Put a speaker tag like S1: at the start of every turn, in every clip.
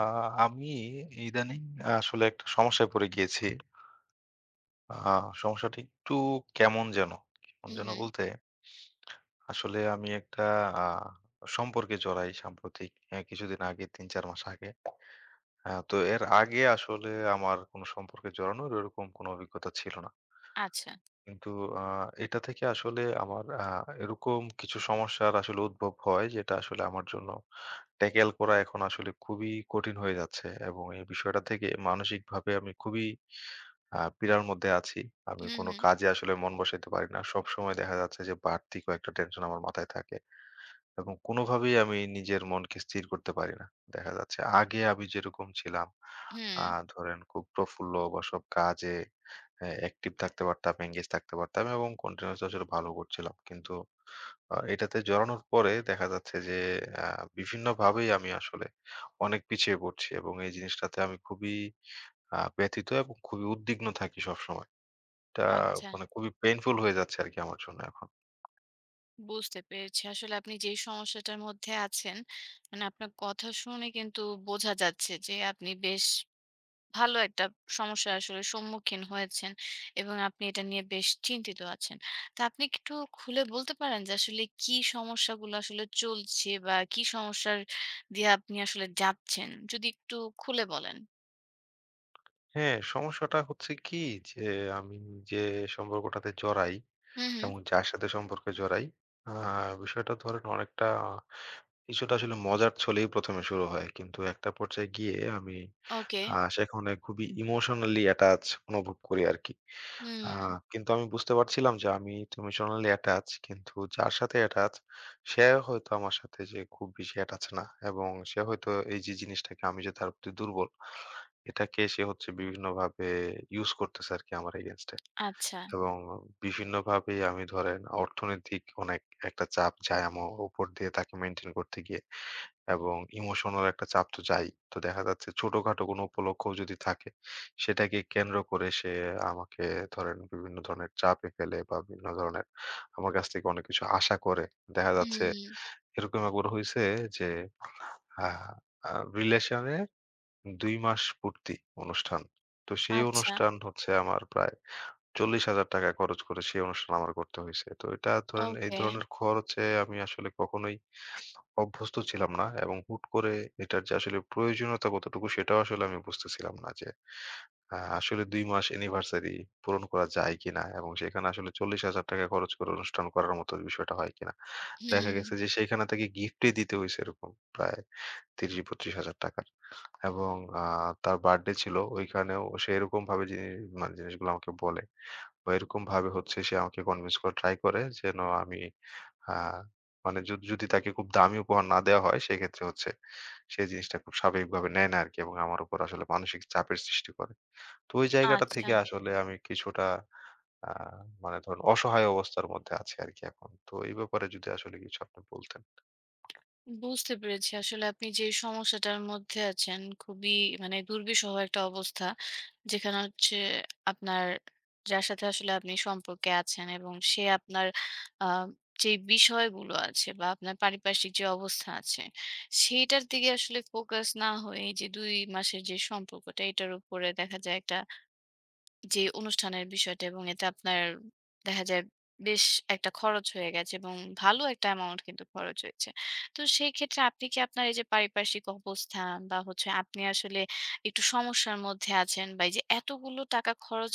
S1: আ আমি ইদানিং আসলে একটা সমস্যায় পড়ে গিয়েছি। আ সমস্যাটা একটু কেমন যেন। কেমন যেন
S2: হুম,
S1: বলতে আসলে আমি একটা আ সম্পর্কে জড়াই সাম্প্রতিক, কিছুদিন আগে, ৩-৪ মাস আগে। তো এর আগে আসলে আমার কোনো সম্পর্কে জড়ানোর ওরকম কোনো অভিজ্ঞতা ছিল না।
S2: আচ্ছা।
S1: কিন্তু আ এটা থেকে আসলে আমার এরকম কিছু সমস্যার আসলে উদ্ভব হয়, যেটা আসলে আমার জন্য ট্যাকেল করা এখন আসলে খুবই কঠিন হয়ে যাচ্ছে, এবং এই বিষয়টা থেকে মানসিকভাবে আমি খুবই পীড়ার মধ্যে আছি। আমি
S2: হুম,
S1: কোনো
S2: হুম,
S1: কাজে আসলে মন বসাইতে পারি না। সবসময় দেখা যাচ্ছে যে বাড়তি কয়েকটা টেনশন আমার মাথায় থাকে এবং কোনোভাবেই আমি নিজের মনকে স্থির করতে পারি না। দেখা যাচ্ছে আগে আমি যেরকম ছিলাম,
S2: হুম,
S1: আ ধরেন খুব প্রফুল্ল বা সব কাজে অ্যাক্টিভ থাকতে পারতাম, এনগেজ থাকতে পারতাম এবং কন্টিনিউয়াসলি আসলে ভালো করছিলাম। কিন্তু এটাতে জড়ানোর পরে দেখা যাচ্ছে যে আ বিভিন্নভাবেই আমি আসলে অনেক পিছিয়ে পড়ছি এবং এই জিনিসটাতে আমি খুবই ব্যথিত এবং খুবই উদ্বিগ্ন থাকি সবসময়। এটা
S2: আচ্ছা।
S1: মানে খুবই পেইনফুল হয়ে যাচ্ছে আরকি আমার জন্য এখন।
S2: বুঝতে পেরেছি। আসলে আপনি যেই সমস্যাটার মধ্যে আছেন, মানে আপনার কথা শুনে কিন্তু বোঝা যাচ্ছে যে আপনি বেশ ভালো একটা সমস্যার আসলে সম্মুখীন হয়েছেন এবং আপনি এটা নিয়ে বেশ চিন্তিত আছেন। তো আপনি কি একটু খুলে বলতে পারেন যে আসলে কি সমস্যাগুলো আসলে চলছে বা কি সমস্যার দিয়ে আপনি আসলে যাচ্ছেন? যদি একটু খুলে বলেন।
S1: হ্যাঁ, সমস্যাটা হচ্ছে কি, যে আমি যে সম্পর্কটাতে জড়াই,
S2: হুম, হুম।
S1: এবং যার সাথে সম্পর্কে জড়াই, আ বিষয়টা ধরেন অনেকটা, কিছুটা আসলে মজার ছলেই ১ম এ শুরু হয়। কিন্তু একটা পর্যায়ে গিয়ে আমি
S2: ওকে।
S1: সেখানে খুবই ইমোশনালি অ্যাটাচ অনুভব করি আরকি। আ
S2: হুম,
S1: কিন্তু আমি বুঝতে পারছিলাম যে আমি ইমোশনালি অ্যাটাচ, কিন্তু যার সাথে অ্যাটাচ, সে হয়তো আমার সাথে যে খুব বেশি অ্যাটাচ না, এবং সে হয়তো এই যে জিনিসটাকে, আমি যে তার প্রতি দুর্বল, এটাকে সে হচ্ছে বিভিন্নভাবে ইউজ করতেছে আরকি আমার এগেইনস্ট এ।
S2: আচ্ছা।
S1: এবং বিভিন্নভাবে আমি ধরেন অর্থনৈতিক অনেক একটা চাপ যায় আমার উপর দিয়ে তাকে মেইনটেইন করতে গিয়ে। এবং ইমোশনাল একটা চাপ তো যায়ই। তো দেখা যাচ্ছে ছোটখাটো কোনো উপলক্ষ্যও যদি থাকে, সেটাকে কেন্দ্র করে সে আমাকে ধরেন বিভিন্ন ধরনের চাপে ফেলে, বা বিভিন্ন ধরনের আমার কাছ থেকে অনেক কিছু আশা করে। দেখা যাচ্ছে
S2: হুম,
S1: এরকম একবার হইছে যে, আ আ রিলেশনের ২ মাস পূর্তি অনুষ্ঠান। তো সেই
S2: আচ্ছা।
S1: অনুষ্ঠান হচ্ছে আমার প্রায় ৳৪০,০০০ খরচ করে সেই অনুষ্ঠান আমার করতে হইছে। তো এটা ধরেন এই
S2: ওকে।
S1: ধরনের খরচে আমি আসলে কখনোই অভ্যস্ত ছিলাম না, এবং হুট করে এটার যে আসলে প্রয়োজনীয়তা কতটুকু সেটাও আসলে আমি বুঝতেছিলাম না, যে আসলে ২ মাস অ্যানিভার্সারি পূরণ করা যায় কিনা, এবং সেখানে আসলে ৳৪০,০০০ খরচ করে অনুষ্ঠান করার মতো বিষয়টা হয় কিনা। দেখা
S2: হুম।
S1: গেছে যে সেইখানে তাকে গিফটই দিতে হইছে, এরকম প্রায় ৳৩০,০০০-৳৩২,০০০, এবং আ তার বার্থডে ছিল, ওইখানেও সে এরকমভাবে মানে জিনিসগুলো আমাকে বলে, বা এরকমভাবে হচ্ছে সে আমাকে কনভিন্স করার ট্রাই করে, যেন আমি, আ মানে, যদি তাকে খুব দামি উপহার না দেওয়া হয়, সেক্ষেত্রে হচ্ছে সে জিনিসটা খুব স্বাভাবিকভাবে নেয় না আরকি, এবং আমার উপর আসলে মানসিক চাপের সৃষ্টি করে। তো ওই জায়গাটা
S2: আচ্ছা।
S1: থেকে আসলে আমি কিছুটা, আ মানে ধরুন, অসহায় অবস্থার মধ্যে আছি আরকি এখন। তো এই ব্যাপারে যদি আসলে কিছু আপনি বলতেন।
S2: বুঝতে পেরেছি। আসলে আপনি যে সমস্যাটার মধ্যে আছেন খুবই, মানে দুর্বিষহ একটা অবস্থা। যেখানে হচ্ছে আপনার যার সাথে আসলে আপনি সম্পর্কে আছেন এবং সে আপনার আ যে বিষয়গুলো আছে বা আপনার পারিপার্শ্বিক যে অবস্থা আছে, সেইটার দিকে আসলে ফোকাস না হয়ে এই যে ২ মাসের যে সম্পর্কটা এটার উপরে দেখা যায় একটা যে অনুষ্ঠানের বিষয়টা এবং এতে আপনার দেখা যায় বেশ একটা খরচ হয়ে গেছে এবং ভালো একটা অ্যামাউন্ট কিন্তু খরচ হয়েছে। তো সেই ক্ষেত্রে আপনি কি আপনার এই যে পারিপার্শ্বিক অবস্থান বা হচ্ছে আপনি আসলে একটু সমস্যার মধ্যে আছেন বা এই যে এতগুলো টাকা খরচ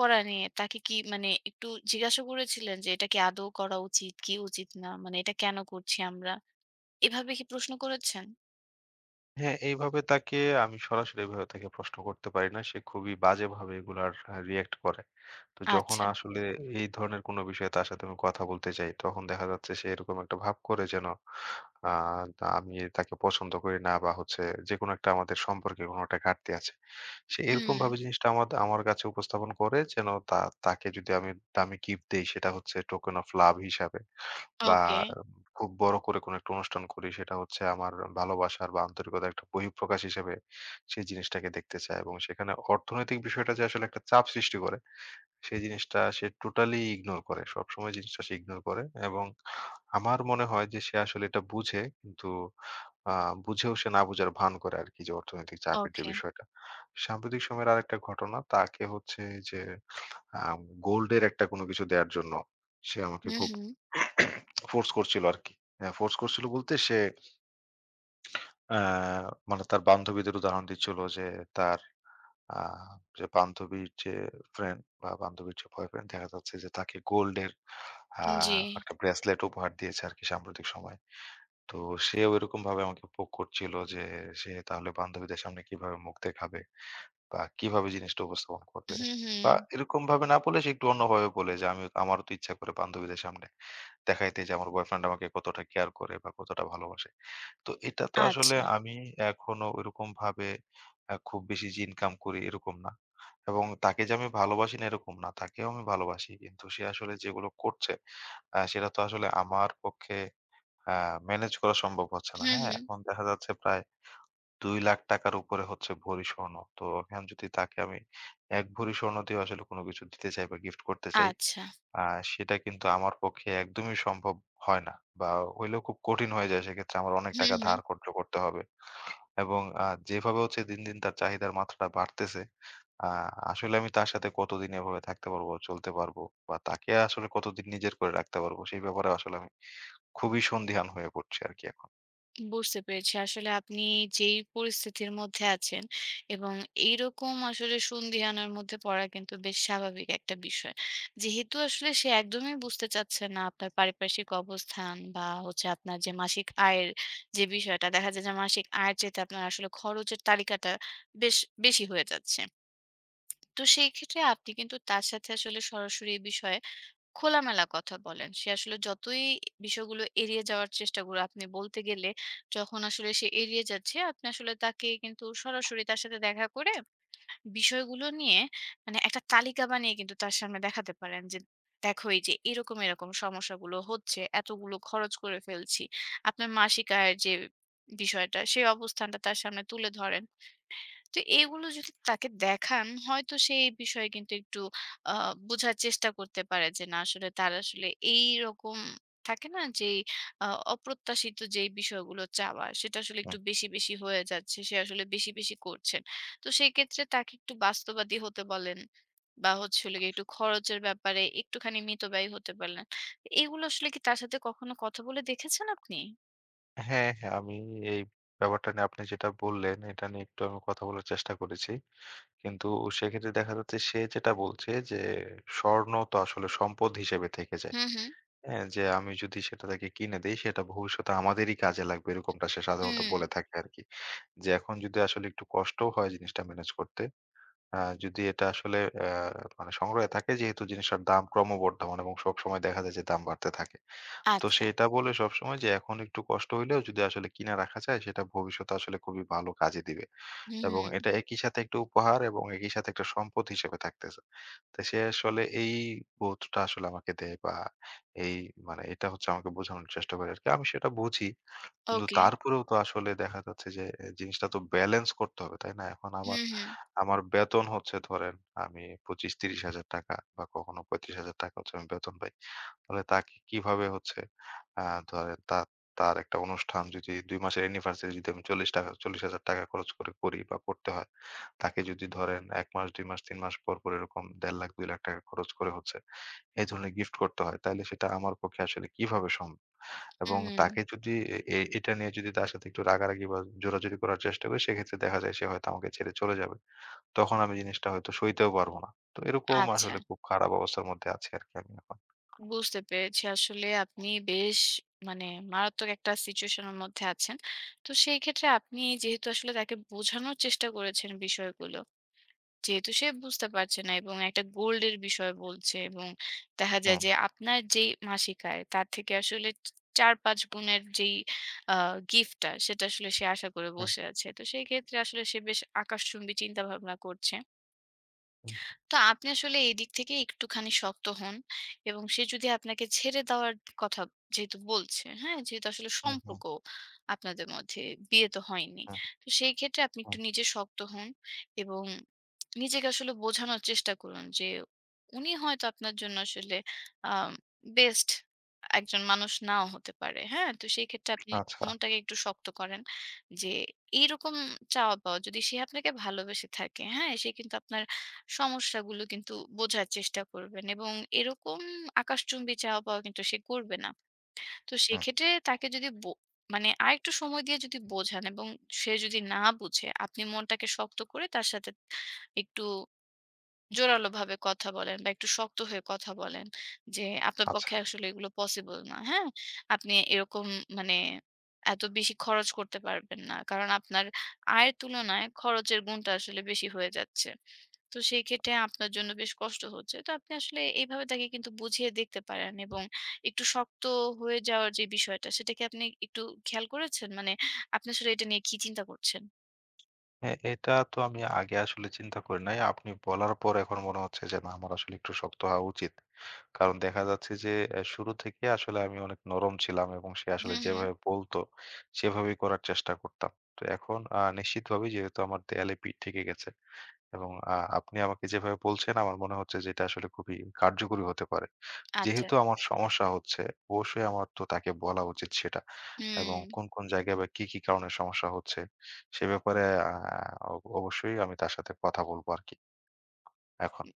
S2: করা নিয়ে তাকে কি, মানে একটু জিজ্ঞাসা করেছিলেন যে এটা কি আদৌ করা উচিত, কি উচিত না? মানে এটা কেন করছি আমরা? এভাবে কি প্রশ্ন করেছেন?
S1: হ্যাঁ, এইভাবে তাকে আমি সরাসরি এভাবে তাকে প্রশ্ন করতে পারি না। সে খুবই বাজেভাবে এগুলার রিঅ্যাক্ট করে। তো যখন
S2: আচ্ছা।
S1: আসলে এই ধরনের কোনো বিষয়ে তার সাথে আমি কথা বলতে চাই, তখন দেখা যাচ্ছে সে এরকম একটা ভাব করে, যেন আ আমি তাকে পছন্দ করি না, বা হচ্ছে যেকোনো একটা, আমাদের সম্পর্কে কোনো একটা ঘাটতি আছে। সে
S2: হুম।
S1: এরকমভাবে জিনিসটা আমার আমার কাছে উপস্থাপন করে, যেন তা, তাকে যদি আমি দামি গিফট দেই সেটা হচ্ছে টোকেন অফ লাভ হিসাবে। বা
S2: ওকে,
S1: খুব বড় করে কোনো একটা অনুষ্ঠান করি, সেটা হচ্ছে আমার ভালোবাসার বা আন্তরিকতার একটা বহিঃপ্রকাশ হিসেবে সেই জিনিসটাকে দেখতে চায়, এবং সেখানে অর্থনৈতিক বিষয়টা যে আসলে একটা চাপ সৃষ্টি করে, সেই জিনিসটা সে টোটালি ইগনোর করে, সবসময় জিনিসটা সে ইগনোর করে, এবং আমার মনে হয় যে সে আসলে এটা বুঝে, কিন্তু বুঝেও সে না বুঝার ভান করে আর কি, যে অর্থনৈতিক চাপের যে
S2: ওকে।
S1: বিষয়টা। সাম্প্রতিক সময়ের আরেকটা ঘটনা তাকে হচ্ছে, যে গোল্ডের একটা কোনো কিছু দেওয়ার জন্য সে আমাকে
S2: হুম,
S1: খুব
S2: হুম।
S1: ফোর্স করছিল আরকি। হ্যাঁ, ফোর্স করছিল বলতে সে, আ মানে তার বান্ধবীদের উদাহরণ দিচ্ছিল, যে তার, আ যে বান্ধবীর যে ফ্রেন্ড বা বান্ধবীর যে বয়ফ্রেন্ড, দেখা যাচ্ছে যে তাকে গোল্ডের আ
S2: জি।
S1: একটা ব্রেসলেট উপহার দিয়েছে আরকি সাম্প্রতিক সময়ে। তো সেও এরকমভাবে আমাকে পোক করছিল, যে সে তাহলে বান্ধবীদের সামনে কিভাবে মুখ দেখাবে, বা কিভাবে জিনিসটা উপস্থাপন করবে?
S2: হুম, হুম।
S1: বা এরকমভাবে না বলে সে একটু অন্যভাবে বলে যে, আমারও তো ইচ্ছা করে বান্ধবীদের সামনে দেখাই দেই, যে আমার বয়ফ্রেন্ড আমাকে কতটা কেয়ার করে বা কতটা ভালোবাসে। তো এটা তো আসলে
S2: আচ্ছা।
S1: আমি এখনো ওইরকম ভাবে খুব বেশি যে ইনকাম করি এরকম না। এবং তাকে যে আমি ভালোবাসি না এরকম না। তাকেও আমি ভালোবাসি। কিন্তু সে আসলে যেগুলো করছে, সেটা তো আসলে আমার পক্ষে আ মেনেজ করা সম্ভব হচ্ছে না।
S2: হুম,
S1: হ্যাঁ?
S2: হুম।
S1: এখন দেখা যাচ্ছে প্রায় ৳২,০০,০০০ র উপরে হচ্ছে ভরি স্বর্ণ। তো এখন যদি তাকে আমি ১ ভরি স্বর্ণ দিয়েও আসলে কোনো কিছু দিতে চাই বা গিফট করতে চাই,
S2: আচ্ছা।
S1: আ সেটা কিন্তু আমার পক্ষে একদমই সম্ভব হয় না, বা হইলেও খুব কঠিন হয়ে যায়। সেক্ষেত্রে আমার অনেক
S2: হুম,
S1: টাকা
S2: হুম।
S1: ধার কর্জ করতে হবে, এবং যেভাবে হচ্ছে দিন, দিন তার চাহিদার মাত্রাটা বাড়তেছে, আ আসলে আমি তার সাথে কতদিন এভাবে থাকতে পারবো, চলতে পারবো, বা তাকে আসলে কতদিন নিজের করে রাখতে পারবো, সেই ব্যাপারে আসলে আমি খুবই সন্দিহান হয়ে পড়ছি আরকি এখন।
S2: বুঝতে পেরেছি। আসলে আপনি যেই পরিস্থিতির মধ্যে আছেন এবং এইরকম আসলে সন্দিহানের মধ্যে পড়া কিন্তু বেশ স্বাভাবিক একটা বিষয়। যেহেতু আসলে সে একদমই বুঝতে চাচ্ছে না আপনার পারিপার্শ্বিক অবস্থান বা হচ্ছে আপনার যে মাসিক আয়ের যে বিষয়টা, দেখা যায় যে মাসিক আয়ের চাইতে আপনার আসলে খরচের তালিকাটা বেশ বেশি হয়ে যাচ্ছে। তো সেই ক্ষেত্রে আপনি কিন্তু তার সাথে আসলে সরাসরি এ বিষয়ে খোলামেলা কথা বলেন। সে আসলে যতই বিষয়গুলো এড়িয়ে যাওয়ার চেষ্টা করে আপনি বলতে গেলে, যখন আসলে সে এড়িয়ে যাচ্ছে, আপনি আসলে তাকে কিন্তু সরাসরি তার সাথে দেখা করে বিষয়গুলো নিয়ে, মানে একটা তালিকা বানিয়ে কিন্তু তার সামনে দেখাতে পারেন যে, "দেখো এই যে এরকম, এরকম সমস্যাগুলো হচ্ছে, এতগুলো খরচ করে ফেলছি।" আপনার মাসিক আয়ের যে বিষয়টা, সেই অবস্থানটা তার সামনে তুলে ধরেন। তো এগুলো যদি তাকে দেখান হয়তো সে এই বিষয়ে কিন্তু একটু আ বোঝার চেষ্টা করতে পারে যে না আসলে তার আসলে এইরকম থাকে না যেই আ অপ্রত্যাশিত যেই বিষয়গুলো চাওয়া সেটা আসলে একটু
S1: হুম।
S2: বেশি, বেশি হয়ে যাচ্ছে। সে আসলে বেশি, বেশি করছেন। তো সেক্ষেত্রে তাকে একটু বাস্তববাদী হতে বলেন বা হচ্ছে হলো গিয়ে একটু খরচের ব্যাপারে একটুখানি মিতব্যয়ী হতে পারলেন। এগুলো আসলে কি তার সাথে কখনো কথা বলে দেখেছেন আপনি?
S1: হ্যাঁ, হ্যাঁ, আমি এই ব্যাপারটা নিয়ে, আপনি যেটা বললেন, এটা নিয়ে একটু আমি কথা বলার চেষ্টা করেছি। কিন্তু সেক্ষেত্রে দেখা যাচ্ছে সে যেটা বলছে, যে স্বর্ণ তো আসলে সম্পদ হিসেবে থেকে যায়।
S2: হুম, হুম।
S1: হ্যাঁ? যে আমি যদি সেটা তাকে কিনে দেই সেটা ভবিষ্যতে আমাদেরই কাজে লাগবে, এরকমটা সে সাধারণত
S2: হুম।
S1: বলে থাকে আরকি। যে এখন যদি আসলে একটু কষ্টও হয় জিনিসটা ম্যানেজ করতে, আ যদি এটা আসলে, আ মানে সংগ্রহে থাকে, যেহেতু জিনিসটার দাম ক্রমবর্ধমান এবং সবসময় দেখা যায় যে দাম বাড়তে থাকে। তো
S2: আচ্ছা।
S1: সে এটা বলে সবসময়, যে এখন একটু কষ্ট হইলেও যদি আসলে কিনে রাখা যায় সেটা ভবিষ্যতে আসলে খুবই ভালো কাজে দিবে।
S2: হুম।
S1: এবং
S2: হুম।
S1: এটা একই সাথে একটা উপহার এবং একই সাথে একটা সম্পদ হিসেবে থাকতেছে। তো সে আসলে এই বোধটা আসলে আমাকে দেয়, বা এই, মানে এটা হচ্ছে আমাকে বোঝানোর চেষ্টা করে আরকি। আমি সেটা বুঝি। কিন্তু
S2: ওকে।
S1: তারপরেও তো আসলে দেখা যাচ্ছে যে, এ জিনিসটা তো ব্যালেন্স করতে হবে, তাই না? এখন আমার
S2: হুম, হুম।
S1: আমার বেতন হচ্ছে ধরেন আমি ২৫-৩০,০০০ টাকা, বা কখনো ৩৫,০০০ টাকা হচ্ছে আমি বেতন পাই। তাহলে তাকে কিভাবে হচ্ছে, আ ধরেন তার তার একটা অনুষ্ঠান যদি, ২ মাসের অ্যানিভার্সারি যদি আমি ৪০ টাকা ৪০,০০০ টাকা খরচ করে করি বা করতে হয়, তাকে যদি ধরেন ১ মাস, ২ মাস, ৩ মাস পর, পর এরকম ১.৫ লাখ, ২ লাখ টাকা খরচ করে হচ্ছে এই ধরনের গিফট করতে হয়, তাইলে সেটা আমার পক্ষে আসলে কিভাবে সম্ভব? এবং
S2: হুম,
S1: তাকে যদি, এ এ এটা নিয়ে যদি তার সাথে একটু রাগারাগি বা জোরাজুরি করার চেষ্টা করি, সেক্ষেত্রে দেখা যায় সে হয়তো আমাকে ছেড়ে চলে যাবে। তখন আমি জিনিসটা হয়তো সইতেও পারব না। তো এরকম
S2: আচ্ছা।
S1: আসলে খুব খারাপ অবস্থার মধ্যে আছি আরকি আমি এখন।
S2: বুঝতে পেরেছি। আসলে আপনি বেশ, মানে মারাত্মক একটা সিচুয়েশন এর মধ্যে আছেন। তো সেই ক্ষেত্রে আপনি যেহেতু আসলে তাকে বোঝানোর চেষ্টা করেছেন বিষয়গুলো। যেহেতু সে বুঝতে পারছে না এবং একটা গোল্ডের বিষয় বলছে এবং দেখা যায়
S1: হুম,
S2: যে আপনার যেই মাসিক আয় তার থেকে আসলে চ ৪-৫ গুণের যেই আ গিফটটা সেটা আসলে সে আশা করে
S1: হুম,
S2: বসে আছে। তো সেই ক্ষেত্রে আসলে সে বেশ আকাশচুম্বী চিন্তাভাবনা করছে।
S1: হুম,
S2: তো আপনি আসলে এই দিক থেকে একটুখানি শক্ত হন এবং সে যদি আপনাকে ছেড়ে দেওয়ার কথা যেহেতু বলছে, হ্যাঁ? যেহেতু আসলে
S1: হুম, হুম,
S2: সম্পর্ক আপনাদের মধ্যে, বিয়ে তো হয়নি।
S1: হুম,
S2: তো সেই ক্ষেত্রে আপনি একটু
S1: হুম।
S2: নিজে শক্ত হন এবং নিজেকে আসলে বোঝানোর চেষ্টা করুন যে উনি হয়তো আপনার জন্য আসলে আ বেস্ট একজন মানুষ নাও হতে পারে, হ্যাঁ? তো সেই ক্ষেত্রে আপনি
S1: আচ্ছা,
S2: মনটাকে একটু শক্ত করেন যে এইরকম চাওয়া-পাওয়া যদি সে আপনাকে ভালোবেসে থাকে, হ্যাঁ? সে কিন্তু আপনার সমস্যাগুলো কিন্তু বোঝার চেষ্টা করবেন এবং এরকম আকাশচুম্বী চাওয়া পাওয়া কিন্তু সে করবে না। তো
S1: হুম,
S2: সেক্ষেত্রে তাকে যদি বো, মানে আরেকটু সময় দিয়ে যদি বোঝান এবং সে যদি না বুঝে আপনি মনটাকে শক্ত করে তার সাথে একটু জোরালোভাবে কথা বলেন বা একটু শক্ত হয়ে কথা বলেন যে, "আপনার
S1: আচ্ছা।
S2: পক্ষে আসলে এগুলো পসিবল না, হ্যাঁ? আপনি এরকম, মানে এত বেশি খরচ করতে পারবেন না। কারণ আপনার আয়ের তুলনায় খরচের গুণটা আসলে বেশি হয়ে যাচ্ছে।" তো সেই ক্ষেত্রে আপনার জন্য বেশ কষ্ট হচ্ছে। তো আপনি আসলে এইভাবে তাকে কিন্তু বুঝিয়ে দেখতে পারেন এবং একটু শক্ত হয়ে যাওয়ার যে বিষয়টা, সেটা কি আপনি একটু খেয়াল করেছেন? মানে আপনি আসলে এটা নিয়ে কি চিন্তা করছেন?
S1: হ্যাঁ, এটা তো আমি আগে আসলে চিন্তা করি নাই। আপনি বলার পর এখন মনে হচ্ছে যে না, আমার আসলে একটু শক্ত হওয়া উচিত। কারণ দেখা যাচ্ছে যে শুরু থেকে আসলে আমি অনেক নরম ছিলাম, এবং সে আসলে
S2: হুম, হুম।
S1: যেভাবে বলত সেভাবেই করার চেষ্টা করতাম। তো এখন নিশ্চিতভাবেই যেহেতু আমার দেয়ালে পিঠ থেকে গেছে, এবং আপনি আমাকে যেভাবে বলছেন, আমার মনে হচ্ছে যে এটা আসলে খুবই কার্যকরী হতে পারে।
S2: আচ্ছা।
S1: যেহেতু আমার সমস্যা হচ্ছে, অবশ্যই আমার তো তাকে বলা উচিত সেটা। এবং
S2: হুম।
S1: কোন, কোন জায়গায় বা কি, কি কারণে সমস্যা হচ্ছে সে ব্যাপারে আ অবশ্যই আমি তার সাথে কথা বলবো আরকি এখন।
S2: উ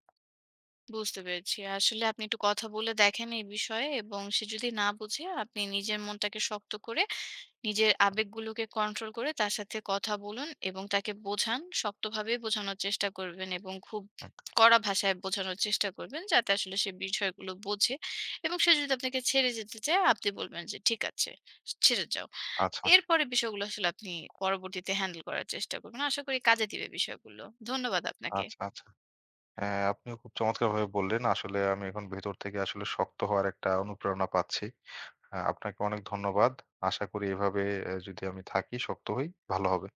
S2: বুঝতে পেরেছি। আসলে আপনি একটু কথা বলে দেখেন এই বিষয়ে এবং সে যদি না বুঝে আপনি নিজের মনটাকে শক্ত করে নিজের আবেগগুলোকে কন্ট্রোল করে তার সাথে কথা বলুন এবং তাকে বোঝান, শক্তভাবে বোঝানোর চেষ্টা করবেন এবং খুব
S1: হুম।
S2: কড়া ভাষায় বোঝানোর চেষ্টা করবেন যাতে আসলে সে বিষয়গুলো বোঝে এবং সে যদি আপনাকে ছেড়ে যেতে চায়, আপনি বলবেন যে, "ঠিক আছে, ছেড়ে যাও।"
S1: আচ্ছা,
S2: এরপরে বিষয়গুলো আসলে আপনি পরবর্তীতে হ্যান্ডেল করার চেষ্টা করবেন। আশা করি কাজে দিবে বিষয়গুলো। ধন্যবাদ আপনাকে।
S1: আচ্ছা, আচ্ছা। হ্যাঁ, আপনিও খুব চমৎকারভাবে বললেন। আসলে আমি এখন ভেতর থেকে আসলে শক্ত হওয়ার একটা অনুপ্রেরণা পাচ্ছি। আপনাকে অনেক ধন্যবাদ। আশা করি এভাবে, যদি আমি থাকি, শক্ত হই, ভালো হবে।